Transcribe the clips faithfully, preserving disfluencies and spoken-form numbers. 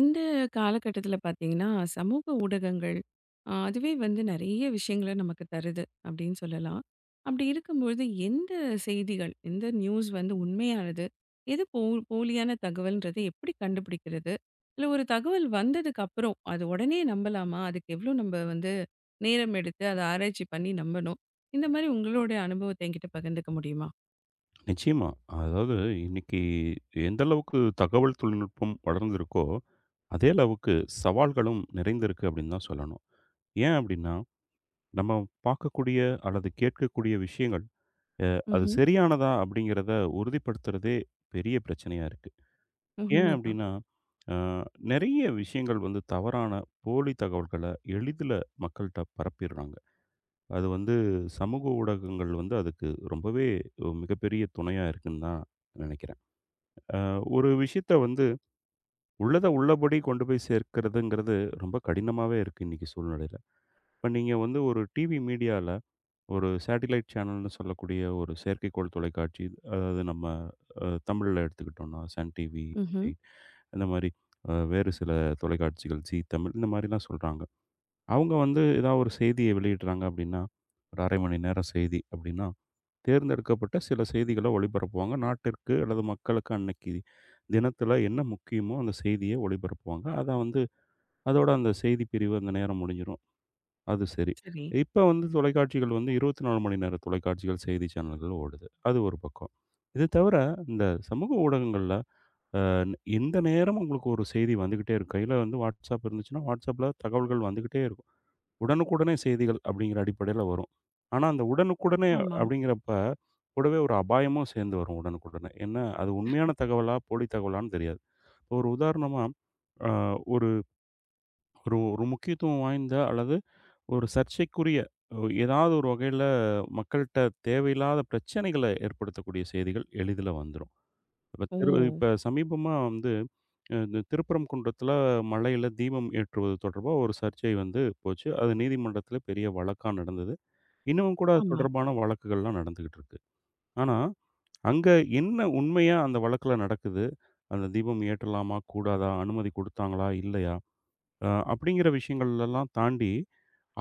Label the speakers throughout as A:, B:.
A: இந்த காலகட்டத்துல பார்த்தீங்கன்னா, சமூக ஊடகங்கள் அ அதுவே வந்து நெறைய விஷயங்கள நமக்கு தருது அப்படின்னு சொல்லலாம். அப்படி இருக்கும்பொழுது எந்த செய்திகள், எந்த நியூஸ் வந்து உண்மையானது? எது போ போலியான தகவல்ன்றத எப்படி கண்டுபிடிக்கிறது? இல்ல ஒரு தகவல் வந்ததுக்கு அப்புறம், அது உடனே நம்பலாமா? அதுக்கு எவ்வளோ நம்ம வந்து நேரம் எடுத்து அத ஆராய்ச்சி பண்ணி நம்பணும்? இந்த மாரி உங்களுடைய அனுபவத்த என்கிட்ட பகிர்ந்துக்க முடியுமா?
B: நிச்சயமா. அதாவது இன்னைக்கு எந்த அளவுக்கு தகவல் தொழில்நுட்பம் வளர்ந்திருக்கோ, அதே அளவுக்கு சவால்களும் நிறைந்திருக்கு அப்படின்னு தான் சொல்லணும். ஏன் அப்படின்னா, நம்ம பார்க்கக்கூடிய அல்லது கேட்கக்கூடிய விஷயங்கள், அது
A: ம்ஹ்ம்.
B: சரியானதா அப்படிங்கிறத உறுதிப்படுத்துறதே பெரிய பிரச்சனையா இருக்கு. ஏன்
A: உண்மதான்.
B: அப்படின்னா, அ நெறைய விஷயங்கள் வந்து தவறான போலி தகவல்கள எளிதில மக்கள்ட்ட பரப்பிடுறாங்க. அது வந்து சமூக ஊடகங்கள் வந்து அதுக்கு ரொம்பவே ஒரு மிகப்பெரிய துணையா இருக்குன்னு தான் நினைக்கிறேன். ஒரு விஷயத்த வந்து உள்ளத உள்ளபடி கொண்டு போய் சேர்க்கிறதுங்கிறது ரொம்ப கடினமாவே இருக்கு இன்னைக்கு சூழ்நிலையில. இப்ப நீங்க வந்து ஒரு டிவி மீடியால ஒரு சேட்டிலைட் சேனல்னு சொல்லக்கூடிய ஒரு செயற்கைக்கோள் தொலைக்காட்சி, அதாவது நம்ம அ தமிழ்ல எடுத்துக்கிட்டோம்னா சன் டிவி,
A: ம்ஹ்ம்.
B: விஜய் இந்த மாரி அ வேறு சில தொலைக்காட்சிகள் ஜீ தமிழ் இந்த மாரிலாம் சொல்றாங்க. அவங்க வந்து ஏதாவது ஒரு செய்திய வெளியிடுறாங்க அப்படின்னா, ஒரு அரை மணி நேரம் செய்தி அப்படின்னா தேர்ந்தெடுக்கப்பட்ட சில செய்திகள ஒளிபரப்புவாங்க. நாட்டிற்கு அல்லது மக்களுக்கு அன்னைக்கு தினத்தில என்ன முக்கியமோ அந்த செய்திய ஒளிபரப்புவாங்க. அத வந்து அதோட அந்த செய்தி பிரிவு அந்த நேரம் முடிஞ்சிரும். அது சரி.
A: சரி.
B: இப்ப வந்து தொலைக்காட்சிகள் வந்து இருபத்தி நான்கு மணி நேர தொலைக்காட்சிகள் செய்தி சேனல்கள் ஓடுது. அது ஒரு பக்கம். இது தவிர இந்த சமூக ஊடகங்கள்ல அ எந்த நேரமும் உங்களுக்கு ஒரு செய்தி வந்துகிட்டே இருக்கும். கையில வந்து WhatsApp இருந்துச்சுன்னா, WhatsAppல தகவல்கள் வந்துகிட்டே இருக்கும். உடனுக்குடனே செய்திகள் அப்படிங்கிற அடிப்படையில வரும். ஆனா, அந்த உடனுக்குடனே
A: ஆமா.
B: அப்படிங்கிறப்ப, கூடவே ஒரு அபாயமும் சேர்ந்து வரும் உடனுக்குடனே. என்ன அது உண்மையான தகவலா, போலி தகவலான்னு தெரியாது. இப்போ ஒரு உதாரணமா, அ ஒரு ஒரு ஒரு முக்கியத்துவம் வாய்ந்த அல்லது ஒரு சர்ச்சைக்குரிய அஹ், ஏதாவது ஒரு வகையில மக்கள்ட்ட தேவையில்லாத பிரச்சனைகள ஏற்படுத்தக்கூடிய செய்திகள் எளிதில வந்துரும். இப்ப
A: ஓ!
B: திரு இப்ப சமீபமா வந்து அ இந்த திருப்பரங்குன்றத்தில மலையில தீபம் ஏற்றுவது தொடர்பா ஒரு சர்ச்சை வந்து போச்சு. அது நீதிமன்றத்தில பெரிய வழக்கா நடந்தது. இன்னமும் கூட அது
A: ஆமா.
B: தொடர்பான வழக்குகள்லாம் நடந்துகிட்டு இருக்கு. ஆனா, அங்க என்ன உண்மையா அந்த வழக்குல நடக்குது? அந்த தீபம் ஏற்றலாமா? கூடாதா? அனுமதி குடுத்தாங்களா? இல்லையா? அ அப்படிங்கிற விஷயங்கள்லலாம் தாண்டி,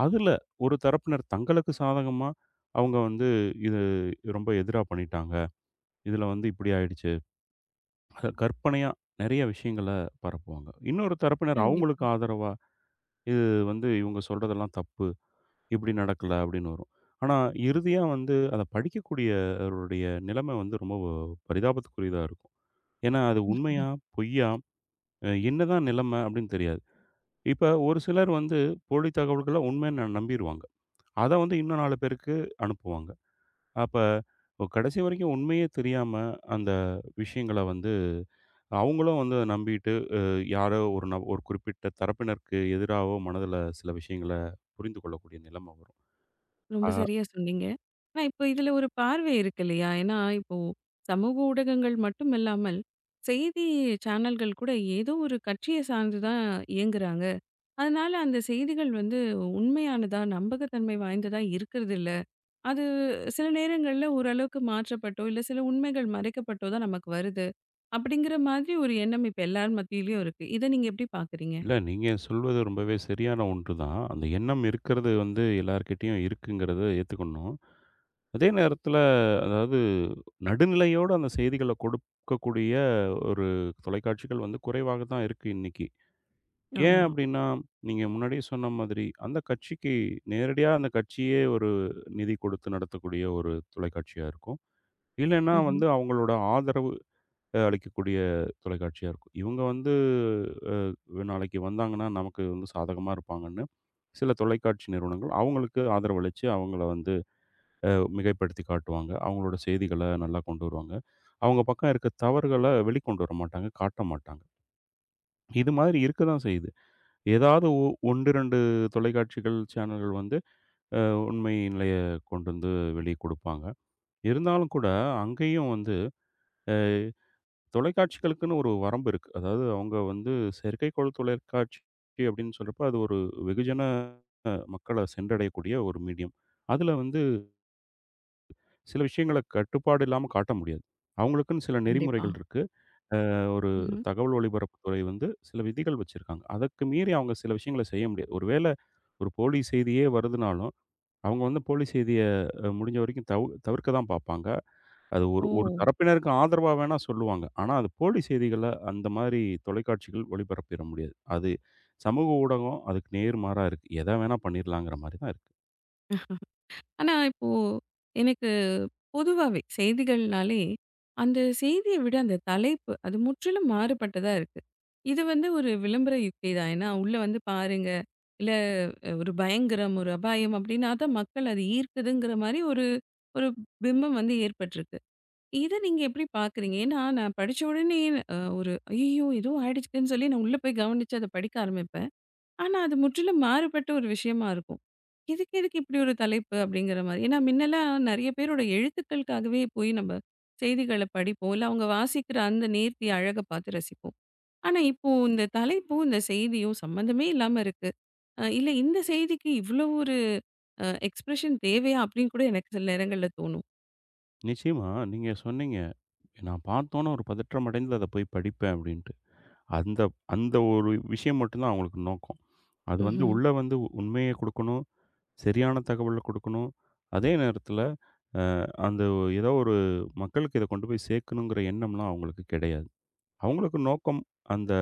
B: அதுல ஒரு தரப்பினர் தங்களுக்கு சாதகமா அவங்க வந்து இது ரொம்ப எதிரா பண்ணிட்டாங்க. இதுல வந்து இப்படி ஆயிடுச்சு. கற்பனையா நெறைய விஷயங்கள பரப்புவாங்க. இன்னொரு தரப்பினர் அவங்களுக்கு
A: கண்டிப்பா.
B: ஆதரவா, இது வந்து இவங்க சொல்றதெல்லாம் தப்பு. இப்படி நடக்கல அப்படின்னு வரும். ஆனா, இறுதியா வந்து அத படிக்கக்கூடியவருடைய நிலைமை வந்து ரொம்ப பரிதாபத்துக்குரியதா இருக்கும். ஏன்னா, அது உண்மையா? பொய்யா? அ என்னதான் நிலைமை அப்படின்னு தெரியாது. இப்ப ஒரு சிலர் வந்து போலி தகவல்கள உண்மைன்னு ந நம்பிருவாங்க. அத வந்து இன்னும் நாலு பேருக்கு அனுப்புவாங்க. அப்ப கடைசி வரைக்கும் உண்மையே தெரியாம அந்த விஷயங்கள வந்து அவங்களும் வந்து அத நம்பிட்டு அ யாரோ ஒரு நப ஒரு குறிப்பிட்ட தரப்பினருக்கு எதிராவோ மனதுல சில விஷயங்கள புரிந்து கொள்ளக்கூடிய நிலைமை வரும்.
A: ரொம்ப
B: அ
A: சரியா சொன்னீங்க. ஆனா, இப்போ இதுல ஒரு பார்வை இருக்கு இல்லையா? ஏன்னா, இப்போ சமூக ஊடகங்கள் மட்டும் இல்லாமல், செய்தி சேனல்கள் கூட ஏதோ ஒரு கட்சிய சார்ந்து தான் இயங்குறாங்க. அதனால அந்த செய்திகள் வந்து உண்மையானதா, நம்பகத்தன்மை வாய்ந்ததா இருக்கிறதில்ல. அது சில நேரங்கள்ல ஓரளவுக்கு மாற்றப்பட்டோ, இல்ல சில உண்மைகள் மறைக்கப்பட்டோ தான் நமக்கு வருது. அப்படிங்கிற மாதிரி ஒரு எண்ணம் இப்ப எல்லார் மத்தியிலயும் இருக்கு. இத நீங்க எப்படி பார்க்குறீங்க?
B: இல்ல, நீங்க சொல்வது ரொம்பவே சரியான ஒன்றுதான். அந்த எண்ணம் இருக்கிறது வந்து எல்லார்கிட்டயும் இருக்குங்கிறத ஏத்துக்கணும். அதே நேரத்துல அதாவது நடுநிலையோட அந்த செய்திகள கொடுக்கக்கூடிய ஒரு தொலைக்காட்சிகள் வந்து குறைவாக தான் இருக்கு இன்னைக்கு. ஏன்
A: ஆமா.
B: அப்டின்னா, நீங்க முன்னாடியே சொன்ன மாதிரி அந்த கட்சிக்கு நேரடியா அந்த கட்சியே ஒரு நிதி கொடுத்து நடத்தக்கூடிய ஒரு தொலைக்காட்சியா இருக்கும். இல்லன்னா
A: ம்ஹ்ம்.
B: வந்து அவங்களோட ஆதரவு அ அளிக்கக்கூடிய தொலைக்காட்சியா இருக்கும். இவங்க வந்து அ நாளைக்கு வந்தாங்கன்னா, நமக்கு வந்து சாதகமா இருப்பாங்கன்னு, சில தொலைக்காட்சி நிறுவனங்கள் அவங்களுக்கு ஆதரவளிச்சு, அவங்கள வந்து அ மிகைப்படுத்தி காட்டுவாங்க. அவங்களோட செய்திகள நல்லா கொண்டு வருவாங்க. அவங்க பக்கம் இருக்க தவறுகள வெளிக்கொண்டு வர மாட்டாங்க, காட்ட மாட்டாங்க. இது மாதிரி இருக்க தான் செய்யுது. ஏதாவது ஒ ஒன்று, இரண்டு தொலைக்காட்சிகள், சேனல்கள் வந்து அ உண்மை நிலைய கொண்டு வந்து வெளிய குடுப்பாங்க. இருந்தாலும் கூட, அங்கேயும் வந்து அ தொலைக்காட்சிகளுக்குன்னு ஒரு வரம்பு இருக்கு. அதாவது அவங்க வந்து செயற்கைக்கோள் தொலைக்காட்சி அப்படின்னு சொல்றப்ப, அது ஒரு வெகுஜன அ மக்கள சென்றடையக்கூடிய ஒரு மீடியம். அதுல வந்து சில விஷயங்கள கட்டுப்பாடு இல்லாம காட்ட முடியாது. அவங்களுக்குன்னு சில
A: கண்டிப்பா.
B: நெறிமுறைகள் இருக்கு. அ ஒரு
A: ம்ஹ்ம்.
B: தகவல் ஒலிபரப்புத்துறை வந்து சில விதிகள் வச்சிருக்காங்க. அதற்கு மீறி அவங்க சில விஷயங்கள செய்ய முடியாது. ஒரு வேள ஒரு போலி செய்தியே வருதுனாலும், அவங்க வந்து போலி செய்திய அ முடிஞ்ச வரைக்கும் தவு தவிர்க்க தான் பார்ப்பாங்க. அது ஒரு
A: ஓ!
B: ஒரு தரப்பினருக்கு ஆதரவா வேணா சொல்லுவாங்க. ஆனா, அது போலி செய்திகள அந்த மாரி தொலைக்காட்சிகள் ஒளிபரப்பிற முடியாது. அது சமூக ஊடகம் அதுக்கு நேர்மாறா இருக்கு. எத வேணா பண்ணிரலாங்கிற மாரி தான் இருக்கு.
A: ஆனா, இப்போ எனக்கு பொதுவாவே செய்திகள்னாலே, அந்த செய்திய விட அந்த தலைப்பு, அது முற்றிலும் மாறுபட்டதா இருக்கு. இது வந்து ஒரு விளம்பர யுக்தி தான். ஏன்னா, உள்ள வந்து பாருங்க, இல்ல அஹ், ஒரு பயங்கரம், ஒரு அபாயம் அப்படின்னா தான் மக்கள் அது ஈர்க்குதுங்கிற மாரி ஒரு ஒரு பிம்பம் வந்து ஏற்பட்டிருக்கு. இத நீங்க எப்படி பார்க்குறீங்க? ஏன்னா, நான் படிச்ச உடனே அ ஒரு "ஐயய்யோ! ஏதோ ஆயிடுச்சுன்னு" சொல்லி நான் உள்ள போய் கவனிச்சு அத படிக்க ஆரம்பிப்பேன். ஆனா, அது முற்றிலும் மாறுபட்ட ஒரு விஷயமா இருக்கும். "இதுக்கு எதுக்கு இப்படி ஒரு தலைப்பு?" அப்படிங்கிற மாரி. ஏன்னா, முன்னலாம் நெறைய பேரோட எழுத்துக்களுக்காகவே போய் நம்ம செய்திகள படிப்போம். இல்ல அவங்க வாசிக்கிற அந்த நேர்த்தி, அழக பார்த்து ரசிப்போம். ஆனா, இப்போ இந்த தலைப்பும், இந்த செய்தியும் சம்மந்தமே இல்லாம இருக்கு. அ இல்ல இந்த செய்திக்கு இவ்வளோ ஒரு அ எக்ஸ்பிரஷன் தேவையா? அப்படின்னு கூட எனக்கு சில நேரங்கள்ல தோணும்.
B: நிச்சயமா நீங்க சொன்னீங்க, "நான் பார்த்தோன்னே ஒரு பதற்றம் அடைந்து அத போய் படிப்பேன்" அப்படின்ட்டு. அந்த அந்த ஒரு விஷயம் மட்டும் தான் அவங்களுக்கு நோக்கம். அது வந்து
A: ம்ஹ்ம்.
B: உள்ள வந்து உண்மைய குடுக்கணும், சரியான தகவல குடுக்கணும். அதே நேரத்தில அந்த ஏதோ ஒரு மக்களுக்கு இத கொண்டு போய் சேர்க்கணுங்கிற எண்ணம்லாம் அவங்களுக்கு கிடையாது. அவங்களுக்கு நோக்கம் அந்த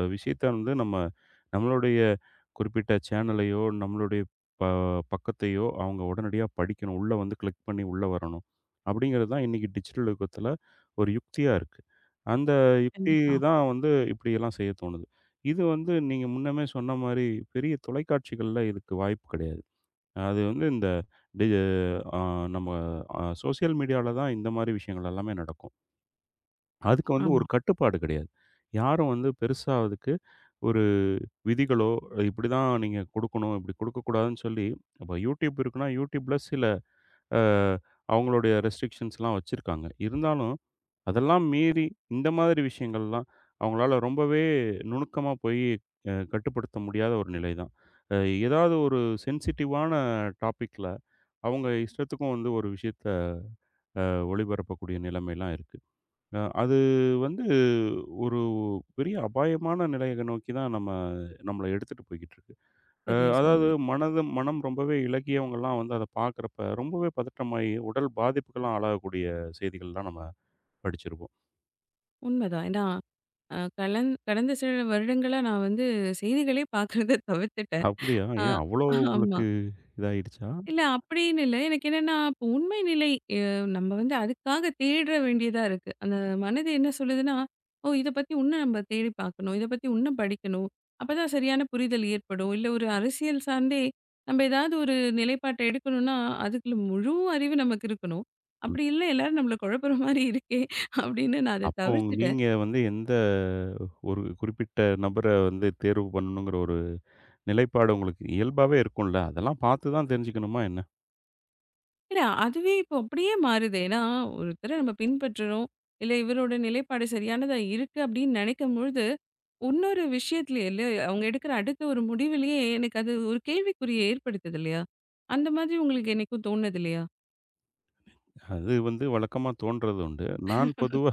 B: அஹ், விஷயத்த வந்து நம்ம நம்மளுடைய குறிப்பிட்ட சேனலையோ, நம்மளுடைய ப பக்கத்தையோ அவங்க உடனடியா படிக்கணும். உள்ள வந்து கிளிக் பண்ணி உள்ள வரணும். அப்படிங்கிறது தான் இன்னைக்கு டிஜிட்டல் யுகத்துல ஒரு யுக்தியா இருக்கு. அந்த யுக்தி
A: கண்டிப்பா.
B: தான் வந்து இப்படியெல்லாம் செய்ய தோணுது. இது வந்து நீங்க முன்னமே சொன்ன மாரி பெரிய தொலைக்காட்சிகள்ல இதுக்கு வாய்ப்பு கிடையாது. அது வந்து இந்த டி அ நம்ம அ சோசியல் மீடியால தான் இந்த மாரி விஷயங்கள் எல்லாமே நடக்கும். அதுக்கு வந்து ஒரு
A: ஆமா.
B: கட்டுப்பாடு கிடையாது. யாரும் வந்து பெருசா அதுக்கு ஒரு விதிகளோ, இப்படிதான் நீங்க குடுக்கணும், இப்படி குடுக்கக்கூடாதுன்னு சொல்லி, இப்போ YouTube இருக்குன்னா, YouTubeல சில அ அவங்களுடைய ரெஸ்ட்ரிக்ஷன்ஸ்லாம் வச்சிருக்காங்க. இருந்தாலும், அதெல்லாம் மீறி இந்த மாதிரி விஷயங்கள்லாம் அவங்களால ரொம்பவே நுணுக்கமா போய் அ கட்டுப்படுத்த முடியாத ஒரு நிலை தான். அ ஏதாவது ஒரு சென்சிட்டிவான டாபிக்ல அவங்க இஷ்டத்துக்கும் வந்து ஒரு விஷயத்த ஒளிபரப்பக்கூடிய நிலைமைலாம் இருக்கு. அ அது வந்து ஒரு பெரிய அபாயமான நிலைய நோக்கி தான் நம்ம நம்மள எடுத்துட்டு போய்க்கிட்டு இருக்கு. அ
A: சரியா
B: அதாவது
A: சொன்னீங்க.
B: மனது மனம் ரொம்பவே இளகியவங்கலாம் வந்து அத பார்க்குறப்ப, ரொம்பவே பதட்டமாயி உடல் பாதிப்புக்கெல்லாம் ஆளாகக்கூடிய செய்திகள்லாம் நம்ம படிச்சிருப்போம்.
A: உண்மதான். ஏன்னா, அ கலந் கடந்த சில வருடங்களா நான் வந்து செய்திகளே பார்க்கறத தவிர்த்துட்டேன்.
B: அப்படியா?
A: ஆ
B: ஏன் அவ்வளோ
A: ஆமா.
B: உங்களுக்கு இதாயிடுச்சா?
A: இல்ல அப்படின்னு இல்ல. எனக்கு என்னன்னா, இப்போ உண்மை நிலை அ நம்ம வந்து அதுக்காக தேட வேண்டியதா இருக்கு. அந்த மனது என்ன சொல்லுதுன்னா, "ஓ! இத பத்தி உன்னும் நம்ம தேடி பார்க்கணும். இத பத்தி உன்னும் படிக்கணும். அப்பதான் சரியான புரிதல் ஏற்படும்." இல்ல ஒரு அரசியல் சார்ந்தே நம்ம ஏதாவது ஒரு நிலைப்பாட்ட எடுக்கணும்னா, அதுக்குள்ள முழு அறிவு நமக்கு இருக்கணும்.
B: ம்.
A: அப்படி இல்ல எல்லாரும் நம்மள குழப்புற மாரி இருக்கே! அப்படின்னு நான் அத
B: அப்போ
A: தவிர்த்துட்டேன்.
B: நீங்க வந்து எந்த ஒரு குறிப்பிட்ட நபர வந்து தேர்வு பண்ணணுங்கிற ஒரு நிலைப்பாடு உங்களுக்கு இயல்பாவே இருக்கும்ல. அதெல்லாம் பார்த்து தான் தெரிஞ்சுக்கணுமா என்ன?
A: இல்ல அதுவே இப்போ அப்படியே மாறுது. ஏன்னா, ஒருத்தர நம்ம பின்பற்றுறோம். இல்ல இவரோட நிலைப்பாடு சரியானதா இருக்கு அப்படின்னு நினைக்கும்பொழுது இன்னொரு விஷயத்திலயே இல்ல, அவங்க எடுக்கிற அடுத்த ஒரு முடிவிலேயே எனக்கு அது ஒரு கேள்விக்குறிய ஏற்படுத்துது இல்லையா? அந்த மாதிரி உங்களுக்கு என்னைக்கும் தோணுது இல்லையா?
B: அது வந்து வழக்கமா தோன்றது உண்டு. நான் பொதுவா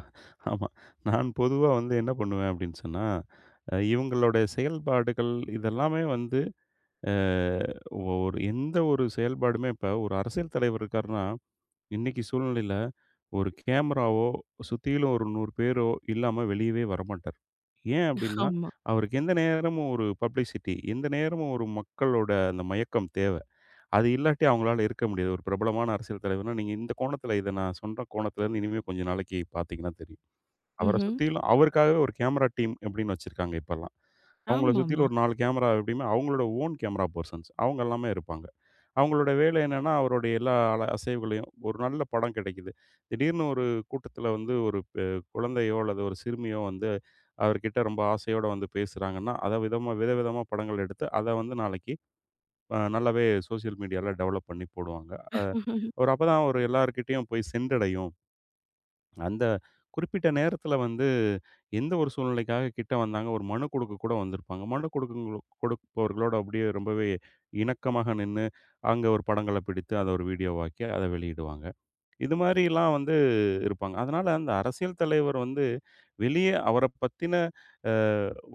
B: ஆமா. நான் பொதுவா வந்து என்ன பண்ணுவேன் அப்படின்னு சொன்னா, அ இவங்களுடைய செயல்பாடுகள் இதெல்லாமே வந்து அ ஒரு எந்த ஒரு செயல்பாடுமே இப்ப ஒரு அரசியல் தலைவர் இருக்காருன்னா, இன்னைக்கு சூழ்நிலையில ஒரு கேமராவோ, சுத்திலும் ஒரு நூறு பேரோ இல்லாம வெளியவே வரமாட்டார். ஏன் அப்படின்னா,
A: ஆமா.
B: அவருக்கு எந்த நேரமும் ஒரு பப்ளிசிட்டி, எந்த நேரமும் ஒரு மக்களோட அந்த மயக்கம் தேவை. அது இல்லாட்டி அவங்களால இருக்க முடியாது. ஒரு பிரபலமான அரசியல் தலைவர்னா, நீங்க இந்த கோணத்தில இத நான் சொன்ன கோணத்துலருந்து இனிமே கொஞ்ச நாளைக்கு பார்த்தீங்கன்னா தெரியும். அவர
A: ம்ஹ்ம்.
B: சுத்திலும் அவருக்காகவே ஒரு கேமரா டீம் அப்படின்னு வச்சிருக்காங்க இப்பல்லாம். அவங்கள சுத்திலும்
A: ஆமாமா.
B: ஒரு நாலு கேமரா எப்படியுமே அவங்களோட ஓன் கேமரா பெர்சன்ஸ். அவங்க எல்லாமே இருப்பாங்க. அவங்களோட வேலை என்னன்னா, அவருடைய எல்லா அல அசைவுகளையும் ஒரு நல்ல படம் கிடைக்குது. திடீர்னு ஒரு கூட்டத்தில வந்து ஒரு பெ குழந்தையோ அல்லது ஒரு சிறுமியோ வந்து அவர்கிட்ட ரொம்ப ஆசையோட வந்து பேசுறாங்கன்னா, அத விதமா விதவிதமா படங்கள் எடுத்து அத வந்து நாளைக்கு அ நல்லாவே சோசியல் மீடியால டெவலப் பண்ணி போடுவாங்க. அ ஒரு அப்பதான் ஒரு எல்லார்கிட்டயும் போய் சென்றடையும். அந்த குறிப்பிட்ட நேரத்தில வந்து எந்த ஒரு சூழ்நிலைக்காக கிட்ட வந்தாங்க, ஒரு மனு குடுக்க கூட வந்திருப்பாங்க. மனு குடுக்குங்களோ கொடுப்பவர்களோட அப்படியே ரொம்பவே இணக்கமாக நின்னு, அங்க ஒரு படங்கள பிடித்து, அத ஒரு வீடியோவாக்கி, அத வெளியிடுவாங்க. இது மாரிலாம் வந்து இருப்பாங்க. அதனால அந்த அரசியல் தலைவர் வந்து வெளியே அவரைப் பத்தின அ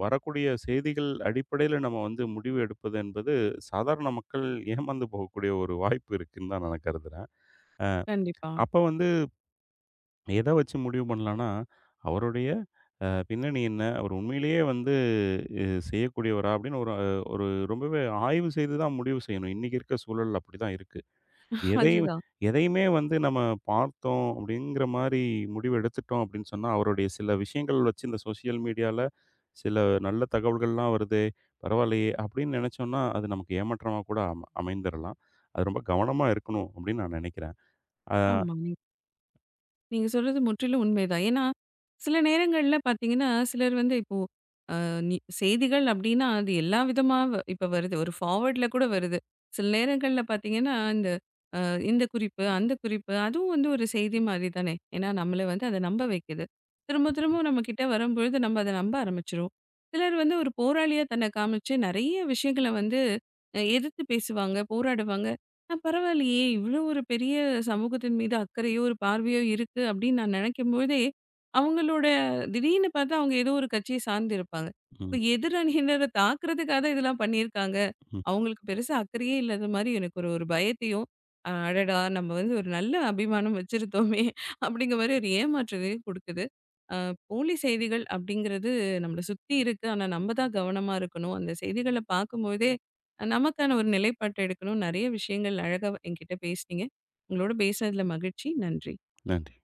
B: வரக்கூடிய செய்திகள் அடிப்படையில நம்ம வந்து முடிவு எடுப்பது என்பது சாதாரண மக்கள் ஏமாந்து போகக்கூடிய ஒரு வாய்ப்பு இருக்குன்னு தான் நான் கருதுறேன்.
A: கண்டிப்பா.
B: அப்ப வந்து எத வச்சு முடிவு பண்ணலாம்னா, அவருடைய அ பின்னணி என்ன? அவர் உண்மையிலேயே வந்து அ செய்யக்கூடியவரா? அப்படின்னு ஒரு அஹ், ஒரு ரொம்பவே ஆய்வு செய்து தான் முடிவு செய்யணும். இன்னைக்கு இருக்க சூழல் அப்படிதான் இருக்கு. எதையும்
A: அதுதான்.
B: எதையுமே வந்து நம்ம பார்த்தோம் அப்படிங்கிற மாரி முடிவு எடுத்துட்டோம் அப்படின்னு சொன்னா, அவருடைய சில விஷயங்கள் வச்சு இந்த சோசியல் மீடியால சில நல்ல தகவல்கள்லாம் வருதே, பரவாயில்லையே அப்படின்னு நினைச்சோம்னா, அது நமக்கு ஏமாற்றமா கூட அம அமைந்துரலாம். அது ரொம்ப கவனமா இருக்கணும் அப்படின்னு நான் நினைக்கிறேன். அ
A: ஆமா. நீ- நீங்க சொல்றது முற்றிலும் உண்மைதான். ஏன்னா, சில நேரங்கள்ல பார்த்தீங்கன்னா, சிலர் வந்து இப்போ நி செய்திகள் அப்டின்னா, அது எல்லா விதமா வ இப்ப வருது. ஒரு ஃபார்வர்ட்ல கூட வருது. சில நேரங்கள்ல பார்த்தீங்கன்னா, இந்த அ இந்த குறிப்பு, அந்த குறிப்பு அதுவும் வந்து ஒரு செய்தி மாரி தானே! ஏன்னா, நம்மள வந்து அத நம்ப வைக்குது. திரும்ப திரும்ப நம்மகிட்ட வரும்பொழுது நம்ம அத நம்ப ஆரம்பிச்சுருவோம். சிலர் வந்து ஒரு போராளியா தன்ன காமிச்சு நெறைய விஷயங்கள வந்து அ எதிர்த்து பேசுவாங்க, போராடுவாங்க. ஆனா பரவாயில்லயே! இவ்ளோ ஒரு பெரிய சமூகத்தின் மீது அக்கறையோ, ஒரு பார்வையோ இருக்கு அப்டின்னு நான் நெனைக்கும்போதே, அவங்களோட திடீர்னு பார்த்தா அவங்க ஏதோ ஒரு கட்சிய சார்ந்து இருப்பாங்க. இப்ப
B: ம்,
A: எதிரணியினர தாக்குறதுக்காக தான் இதெல்லாம் பண்ணியிருக்காங்க.
B: ம்.
A: அவங்களுக்கு பெருசா அக்கறையே இல்லாத மாரி எனக்கு ஒரு ஒரு பயத்தையும், அ அடடா! நம்ம வந்து ஒரு நல்ல அபிமானம் வச்சிருந்தோமே! அப்படிங்கிற மாரி ஒரு ஏமாற்றத்தையும் குடுக்குது. அ போலி செய்திகள் அப்படிங்கிறது நம்மள சுத்தி இருக்கு. ஆனா நம்ம தான் கவனமா இருக்கணும். அந்த செய்திகள பார்க்கும்போதே நமக்கான ஒரு நிலைப்பாட்ட எடுக்கணும். நெறைய விஷயங்கள் அழகா என்கிட்ட பேசுனீங்க. உங்களோட பேசினதுல மகிழ்ச்சி. நன்றி.
B: நன்றி.